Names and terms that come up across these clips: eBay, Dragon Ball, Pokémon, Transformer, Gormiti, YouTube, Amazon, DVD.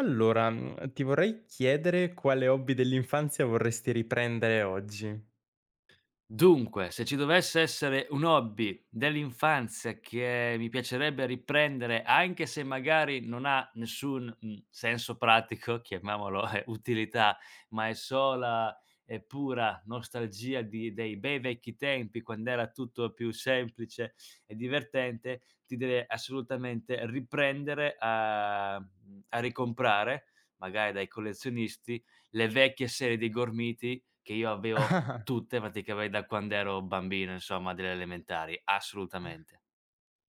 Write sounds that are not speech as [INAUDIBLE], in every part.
Allora, ti vorrei chiedere quale hobby dell'infanzia vorresti riprendere oggi? [LAUGHS] Dunque, se ci dovesse essere un hobby dell'infanzia che mi piacerebbe riprendere, anche se magari non ha nessun, senso pratico, [LAUGHS] chiamiamolo, utilità, ma è sola e pura nostalgia di dei bei vecchi tempi, quand'era tutto più semplice e divertente, ti deve assolutamente riprendere a ricomprare, magari dai collezionisti, le vecchie serie dei gormiti che io avevo. Ah, Tutte praticamente da quando ero bambino insomma, delle elementari, assolutamente.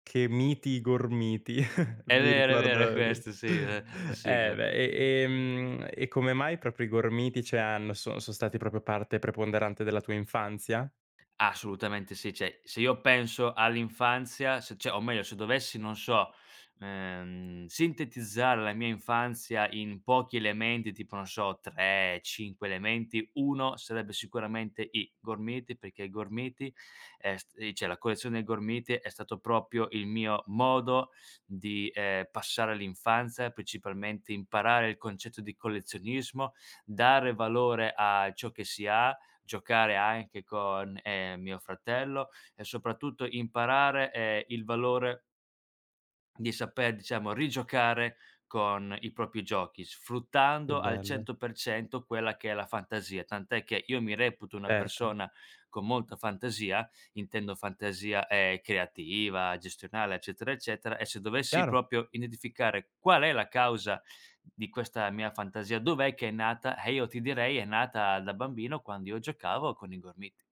che miti i gormiti, [LAUGHS] È mi vero, è vero, è ricorda quel questo [LAUGHS] sì, la eh la sigla. beh, e come mai proprio i gormiti, cioè hanno so son stati proprio parte preponderante della tua infanzia? Assolutamente sì, cioè se io penso all'infanzia, se cioè o meglio se dovessi, non so, sintetizzare la mia infanzia in pochi elementi, tipo non so 3, 5 elementi, 1 sarebbe sicuramente i gormiti, perché i gormiti è st cioè la collezione dei gormiti è stato proprio il mio modo di, passare l'infanzia, principalmente imparare il concetto di collezionismo, dare valore a ciò che si ha, giocare anche con, mio fratello e soprattutto imparare, il valore di saper, diciamo, rigiocare con i propri giochi, Che sfruttando al bello. 100% quella che è la fantasia. Tant'è che io mi reputo una Certo, persona con molta fantasia, intendo fantasia, creativa, gestionale, eccetera, eccetera, e se dovessi chiaro. proprio identificare qual è la causa di questa mia fantasia, dov'è che è nata, io ti direi è nata da bambino quando io giocavo con i gormiti.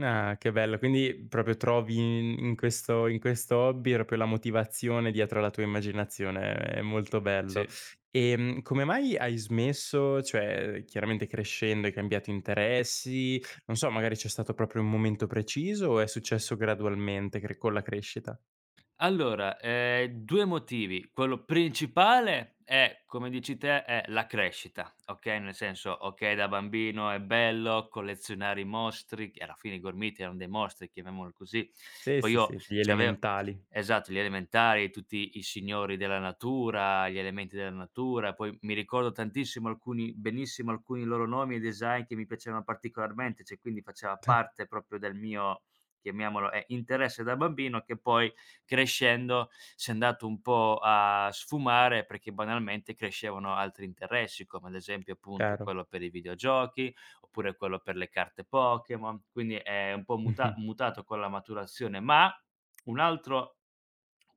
Ah, che bello. Quindi proprio trovi in questo in questo hobby proprio la motivazione dietro alla tua immaginazione, è molto bello. Sì. Come mai hai smesso? Cioè, chiaramente crescendo hai cambiato interessi, non so, magari c'è stato proprio un momento preciso o è successo gradualmente cre con la crescita? Allora, 2 motivi. Quello principale è, come dici te, è la crescita, okay, nel senso, okay, da bambino è bello collezionare i mostri, che alla fine i gormiti erano dei mostri, chiamiamolo così. Sì, Poi sì, io sì, gli c'avevo, elementali, esatto, gli elementari, tutti i signori della natura, gli elementi della natura, poi mi ricordo tantissimo alcuni benissimo alcuni loro nomi e design che mi piacevano particolarmente, cioè quindi faceva parte proprio del mio, chiamiamolo, interesse da bambino che poi crescendo si è andato un po' a sfumare perché banalmente crescevano altri interessi, come ad esempio appunto chiaro. quello per i videogiochi, oppure quello per le carte Pokémon, quindi è un po' [LAUGHS] Mh-mh. mutato con la maturazione. Ma un altro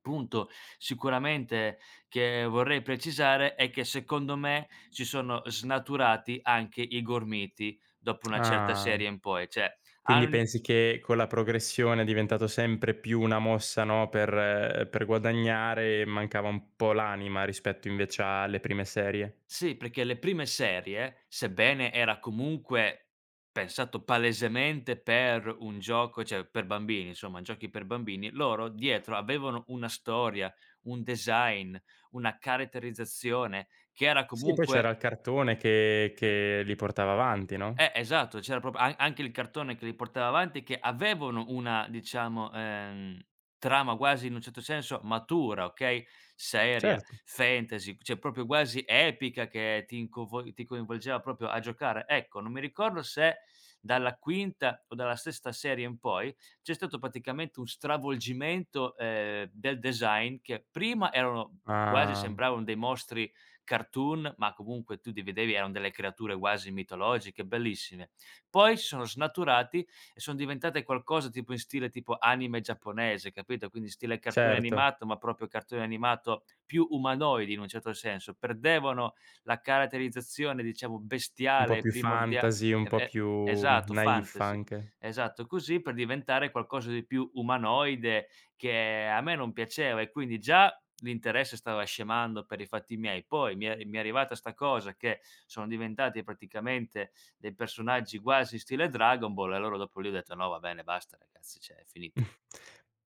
punto sicuramente che vorrei precisare è che secondo me si sono snaturati anche i gormiti dopo una certa Ah. serie in poi, cioè han Quindi hanno pensi che con la progressione è diventato sempre più una mossa, no, per guadagnare e mancava un po' l'anima rispetto invece alle prime serie? Sì, perché le prime serie, sebbene era comunque pensato palesemente per un gioco cioè per bambini, insomma, giochi per bambini, loro dietro avevano una storia, un design, una caratterizzazione che era Sì, poi c'era comunque il cartone che li portava avanti, no? esatto, c'era proprio an anche il cartone che li portava avanti che avevano una diciamo, trama quasi in un certo senso matura, okay, seria, Certo. fantasy, cioè proprio quasi epica che ti coinvolgeva proprio a giocare. Ecco, non mi ricordo se dalla quinta o dalla sesta serie in poi c'è stato praticamente un stravolgimento, del design che prima erano quasi Ah, sembravano dei mostri cartoon, ma comunque tu li vedevi, eran delle creature quasi mitologiche, bellissime. Poi si sono snaturati e son diventate qualcosa tipo in stile tipo anime giapponese, capito, quindi stile cartone certo, animato, ma proprio cartone animato più umanoidi in un certo senso. Perdevano la caratterizzazione, diciamo, un po' bestiale, più primordia fantasy, un e po' e più esatto, naif fantasy. anche. Esatto, così per diventare qualcosa di più umanoide che a me non piaceva e quindi già l'interesse stava scemando per i fatti miei. Poi mi è arrivata 'sta cosa che sono diventati praticamente dei personaggi quasi stile Dragon Ball e allora dopo lì ho detto: "No, va bene, basta ragazzi, cioè è finita."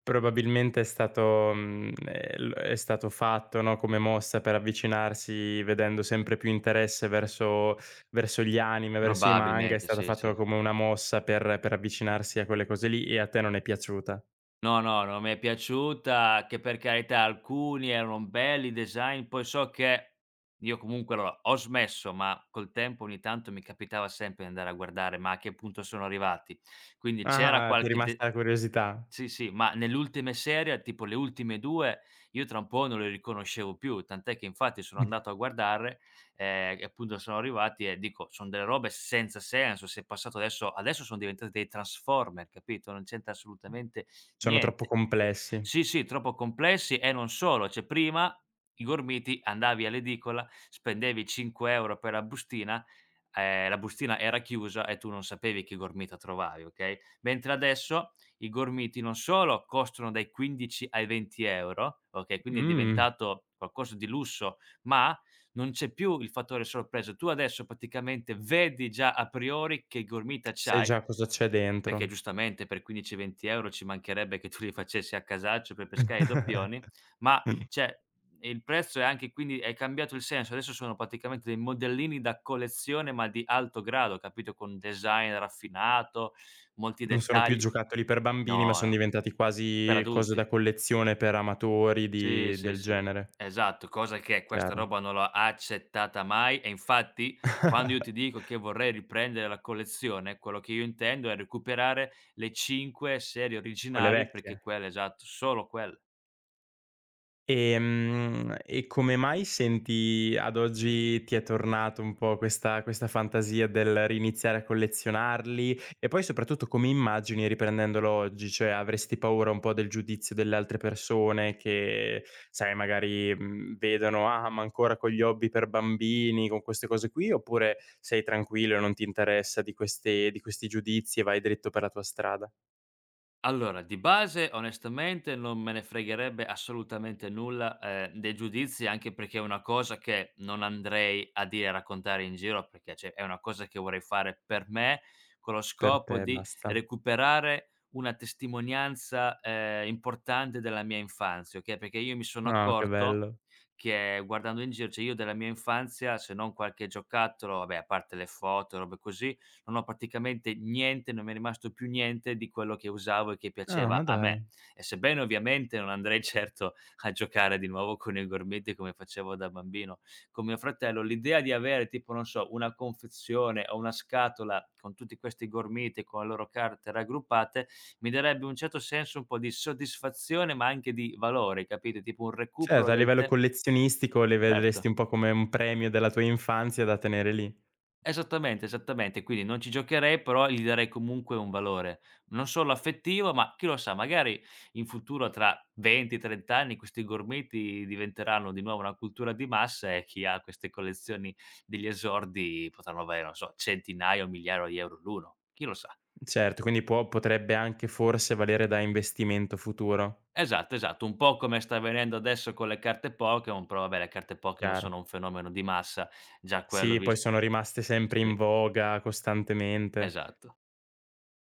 Probabilmente è stato mhmm, l è stato fatto, no, come mossa per avvicinarsi vedendo sempre più interesse verso verso gli anime, verso i manga, è Probabilmente, stata sì, sì. fatta come una mossa per avvicinarsi a quelle cose lì e a te non è piaciuta. No, no, non mi è piaciuta, che per carità alcuni erano belli i design, poi so che io comunque allora ho smesso, ma col tempo ogni tanto mi capitava sempre di andare a guardare: "Ma a che punto sono arrivati?" Quindi c'era Ah, ti è qualche rimasta de. la curiosità. Sì, sì, ma nell'ultime serie, tipo le ultime 2, io tra un po' non le riconoscevo più, tant'è che infatti sono [LAUGHS] andato a guardare, e appunto sono arrivati e dico: "Son delle robe senza senso, se è passato adesso son diventati dei Transformer", capito, non c'entra assolutamente Sono troppo niente. complessi. Sì, sì, troppo complessi e non solo, cioè prima i gormiti andavi all'edicola, spendevi 5 € per la bustina era chiusa e tu non sapevi che gormita trovavi, okay, mentre adesso i gormiti non solo costano dai 15 ai 20 €, okay, quindi è Mh, diventato qualcosa di lusso, ma non c'è più il fattore sorpresa. Tu adesso praticamente vedi già a priori che gormita sai c'hai già cosa c'è perché dentro. giustamente per 15, 20 € ci mancherebbe che tu li facessi a casaccio per pescare i doppioni, [LAUGHS] ma cioè il prezzo è anche quindi è cambiato il senso. Adesso sono praticamente dei modellini da collezione, ma di alto grado, capito, con design raffinato, molti Non sono più dettagli. giocattoli per bambini, ma No, son no, diventati per quasi cose adulti. da collezione per amatori Sì, di sì, del sì. genere. Esatto, cosa che questa Chiaro. roba non l'ho accettata mai e infatti quando io ti [LAUGHS] dico che vorrei riprendere la collezione, quello che io intendo è recuperare le 5 serie Quelle originali perché vecchie. quelle esatto, solo quelle. E come mai senti ad oggi ti è tornato un po' questa fantasia del riniziare a collezionarli? E poi soprattutto come immagini riprendendolo oggi? Cioè avresti paura un po' del giudizio delle altre persone che, sai, magari, vedono: "Ah, ma ancora con gli hobby per bambini, con queste cose qui", oppure sei tranquillo e non ti interessa di questi giudizi e vai dritto per la tua strada? Allora, di base onestamente non me ne fregherebbe assolutamente nulla, dei giudizi, anche perché è una cosa che non andrei a dire, a raccontare in giro, perché cioè è una cosa che vorrei fare per me, con lo Per scopo te e di basta. recuperare una testimonianza, importante della mia infanzia, okay, perché io mi sono Ah, che accorto bello. che guardando in giro, cioè io della mia infanzia, se non qualche giocattolo, vabbè a parte le foto, robe così, non ho praticamente niente, non mi è rimasto più niente di quello che usavo e che Ah, ma piaceva a me. dai. E sebbene ovviamente non andrei [LAUGHS] certo a giocare di nuovo con i gormiti come facevo da bambino con mio fratello, l'idea di avere tipo, non so, una confezione o una scatola con tutti questi gormiti, con le loro carte raggruppate, mi darebbe un certo senso un po' di soddisfazione, ma anche di valore, capito? Tipo un recupero Certo, a del livello te. collezionistico le Certo. vedresti un po' come un premio della tua infanzia da tenere lì. Esattamente, esattamente. Quindi non ci giocherei, però gli darei comunque un valore, non solo affettivo, ma chi lo sa, magari in futuro tra 20, 30 anni questi gormiti diventeranno di nuovo una cultura di massa e chi ha queste collezioni degli esordi potranno avere, non so, centinaia o migliaia di euro l'uno, chi lo sa. Certo, quindi può potrebbe anche forse valere da investimento futuro, Esatto, esatto, un po' come sta avvenendo adesso con le carte Pokémon, però vabbè le carte Pokémon chiaro. sono un fenomeno di massa, già quello Sì, poi vis. sono rimaste sempre Sì, in voga costantemente. esatto.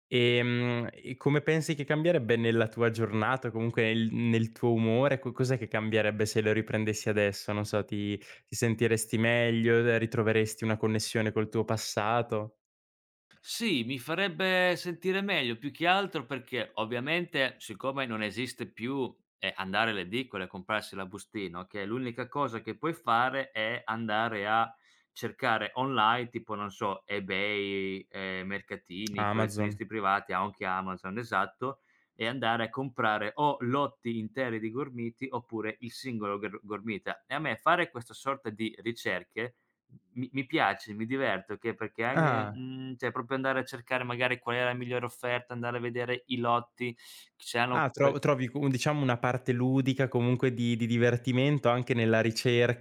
E come pensi che cambierebbe nella tua giornata, o comunque nel tuo umore? Co Cos'è che cambierebbe se lo riprendessi adesso? Non so, ti sentiresti meglio, ritroveresti una connessione col tuo passato? Sì, mi farebbe sentire meglio, più che altro perché ovviamente siccome non esiste più, andare alle edicole a comprarsi la bustina, okay, l'unica cosa che puoi fare è andare a cercare online, tipo non so, eBay, mercatini, Amazon. collezionisti privati, anche Amazon, esatto, e andare a comprare o lotti interi di gormiti oppure il singolo gormita. E a me fare questa sorta di ricerche mi piace, mi diverto che perché anche Ah. Cioè proprio andare a cercare magari qual è la migliore offerta, andare a vedere i lotti che c'hanno Ah, que trovi co diciamo una parte ludica, comunque di divertimento anche nella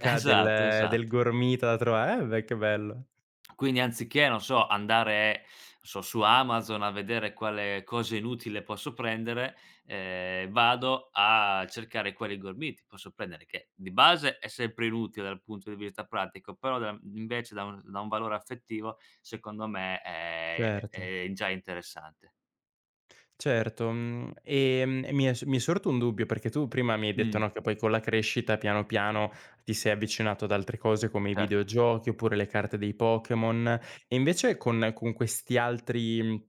[LAUGHS] Esatto, del esatto. gormita da trova eh beh, che bello. Quindi anziché, non so, andare, non so, su Amazon a vedere quale cosa inutile posso prendere, vado a cercare quali gormiti posso prendere, che di base è sempre inutile dal punto di vista pratico, però da invece dà un valore affettivo, secondo me Certo. è già interessante. Certo, mhmm, e mi è sorto un dubbio, perché tu prima mi hai detto, Mh. no, che poi con la crescita piano piano ti sei avvicinato ad altre cose come i Certo. videogiochi oppure le carte dei Pokémon. E invece con questi altri mhmm,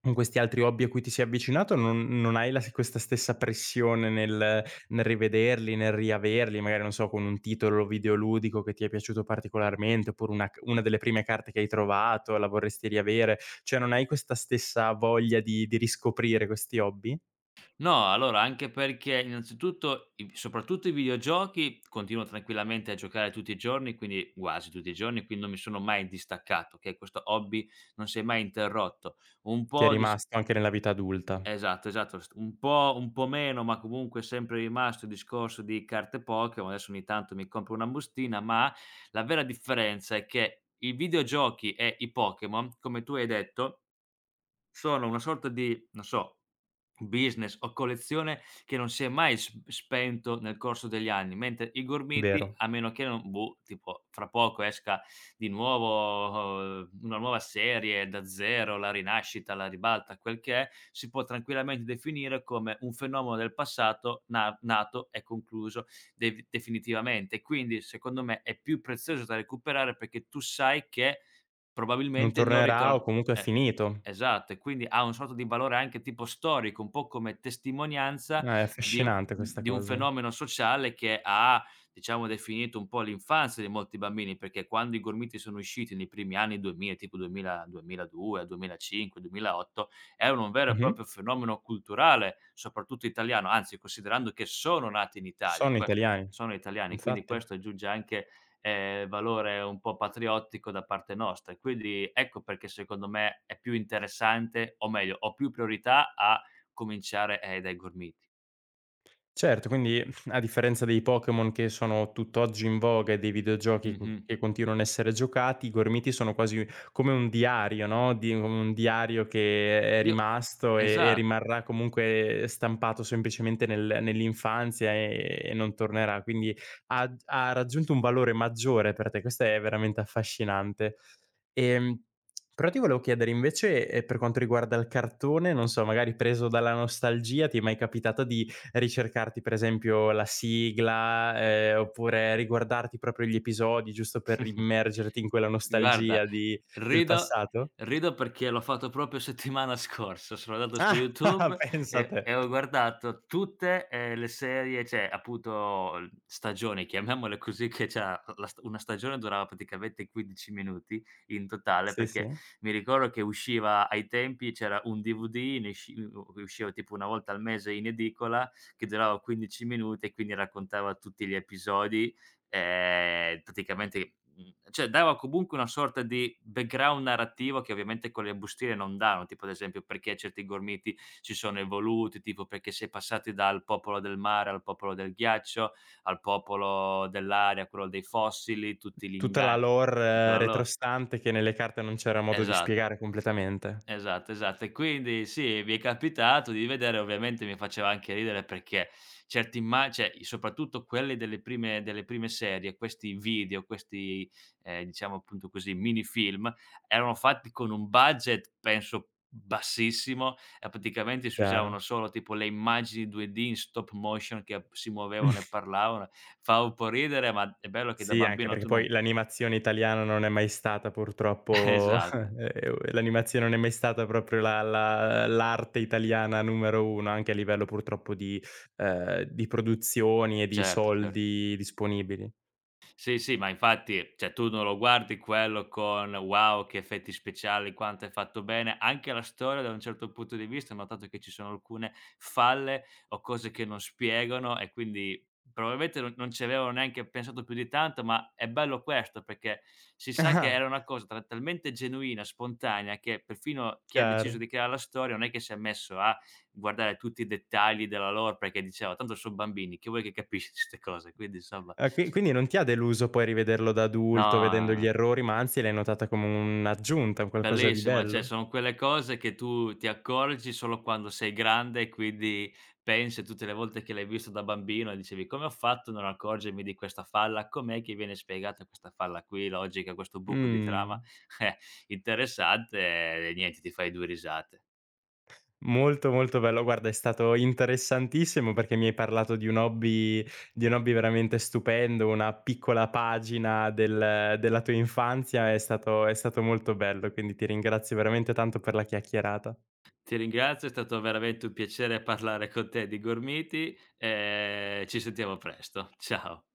con questi altri hobby a cui ti sei avvicinato non hai la s questa stessa pressione nel nel rivederli, nel riaverli, magari non so, con un titolo videoludico che ti è piaciuto particolarmente, oppure una delle prime carte che hai trovato, la vorresti riavere. Cioè non hai questa stessa voglia di riscoprire questi hobby? No, allora anche perché innanzitutto i soprattutto i videogiochi continuo tranquillamente a giocare tutti i giorni, quindi quasi tutti i giorni, quindi non mi sono mai distaccato, okay, questo hobby non si è mai interrotto. Un Ti è po' dis rimasto anche nella vita adulta, Esatto, esatto, st un po' meno, ma comunque è sempre rimasto il discorso di carte Pokémon, adesso ogni tanto mi compro una bustina, ma la vera differenza è che i videogiochi e i Pokémon, come tu hai detto. Sono una sorta di, non so, business o collezione che non si è mai s spento nel corso degli anni, mentre i gormiti, vero? a meno che non boh, tipo fra poco esca di nuovo una nuova serie, Da Zero, La Rinascita, La Ribalta, quel che è, si può tranquillamente definire come un fenomeno del passato na nato e concluso dev definitivamente. Quindi, secondo me, è più prezioso da recuperare perché tu sai che Non probabilmente non tornerà o ritor comunque è eh. finito. Esatto, e quindi ha un sorta di valore anche tipo storico, un po' come testimonianza È di u affascinante questa di un cosa. fenomeno sociale che ha, diciamo, definito un po' l'infanzia di molti bambini, perché quando i Gormiti sono usciti nei primi anni 2000, tipo 2000 2002, 2005, 2008, erano un vero e Mh-mh. proprio fenomeno culturale, soprattutto italiano, anzi considerando che sono nati in Italia, Sono ques italiani, sono italiani, quindi infatti. questo aggiunge anche valore un po' patriottico da parte nostra. E quindi ecco perché secondo me è più interessante o meglio, ho più priorità a cominciare, dai gormiti. Certo, quindi a differenza dei Pokémon che sono tutt'oggi in voga e dei videogiochi co Mh-mh. che continuano a essere giocati, i Gormiti sono quasi come un diario, no, di come un diario che è Io rimasto e esatto. rimarrà comunque stampato semplicemente nel nell'infanzia e non tornerà. Quindi ha raggiunto un valore maggiore per te, questo è veramente affascinante. Ehm, però ti volevo chiedere invece, per quanto riguarda il cartone, non so, magari preso dalla nostalgia, ti è mai capitato di ricercarti per esempio la sigla, oppure riguardarti proprio gli episodi giusto per [LAUGHS] immergerti in quella Guarda, nostalgia di del rido passato? rido perché l'ho fatto proprio settimana scorsa. Sono andato su Ah, YouTube [LAUGHS] pensa te. e ho guardato tutte, le serie cioè appunto l stagioni, chiamiamole così, che c'era la st una stagione durava praticamente 15 minuti in totale, Sì, perché sì. mi ricordo che usciva ai tempi c'era un DVD, ne sci u u usciva tipo 1 volta al mese in edicola, che durava 15 minuti e quindi raccontava tutti gli episodi. Praticamente, cioè dava comunque una sorta di background narrativo che ovviamente con le bustine non danno, tipo ad esempio perché certi gormiti si sono evoluti, tipo perché si è passati dal popolo del mare al popolo del ghiaccio, al popolo dell'aria, quello dei fossili, tutti gli Tutta la inga, tutta lore la loro. retrostante che nelle carte non c'era modo di Esatto. spiegare completamente. Esatto, esatto. E quindi sì, mi è capitato di vedere, ovviamente mi faceva anche ridere perché certe imma, cioè i soprattutto quelle delle prime serie, questi video, questi, diciamo appunto così, minifilm, erano fatti con un budget penso bassissimo e praticamente si usavano Chiaro. solo tipo le immagini 2D in stop motion che ap si muovevano e parlavano. Fa un po' ridere, ma è bello che da Sì, anche bambino perché tu non poi l'animazione italiana non è mai stata [LAUGHS] purtroppo [LAUGHS] esatto. L'animazione non è mai stata proprio la la l'arte italiana numero 1, anche a livello purtroppo di produzioni e di Certo, cer soldi disponibili. sì, sì, ma infatti, cioè tu non lo guardi quello con: "Wow, che effetti speciali, quanto è fatto bene." Anche la storia da un certo punto di vista ho notato che ci sono alcune falle o cose che non spiegano e quindi probabilmente non ci avevano neanche pensato più di tanto, ma è bello questo perché si sa che Ah, era una cosa tra talmente genuina, spontanea, che perfino chi ha deciso chiaro. di creare la storia non è che si è messo a guardare tutti i dettagli della lore perché diceva: "Tanto son bambini, che vuoi che capisci 'ste [LAUGHS] cose?" Quindi insomma Ah, qui quindi non ti ha deluso poi rivederlo da adulto, no, vedendo no, gli no. errori, ma anzi l'hai notata come un'aggiunta, un qualcosa di Bellissima, cioè bello? sono quelle cose che tu ti accorgi solo quando sei grande e quindi pensi tutte le volte che l'hai visto da bambino e dicevi: "Come ho fatto a non accorgermi di questa falla? Com'è che viene spiegata questa falla qui, logica, questo buco di trama?" Mh. [LAUGHS] Eh, interessante e niente, ti fai 2 risate. Molto, molto bello. Guarda, è stato interessantissimo perché mi hai parlato di un hobby veramente stupendo, una piccola pagina della tua infanzia, è stato molto bello, quindi ti ringrazio veramente tanto per la chiacchierata. Ti ringrazio, è stato veramente un piacere parlare con te di gormiti e ci sentiamo presto. Ciao.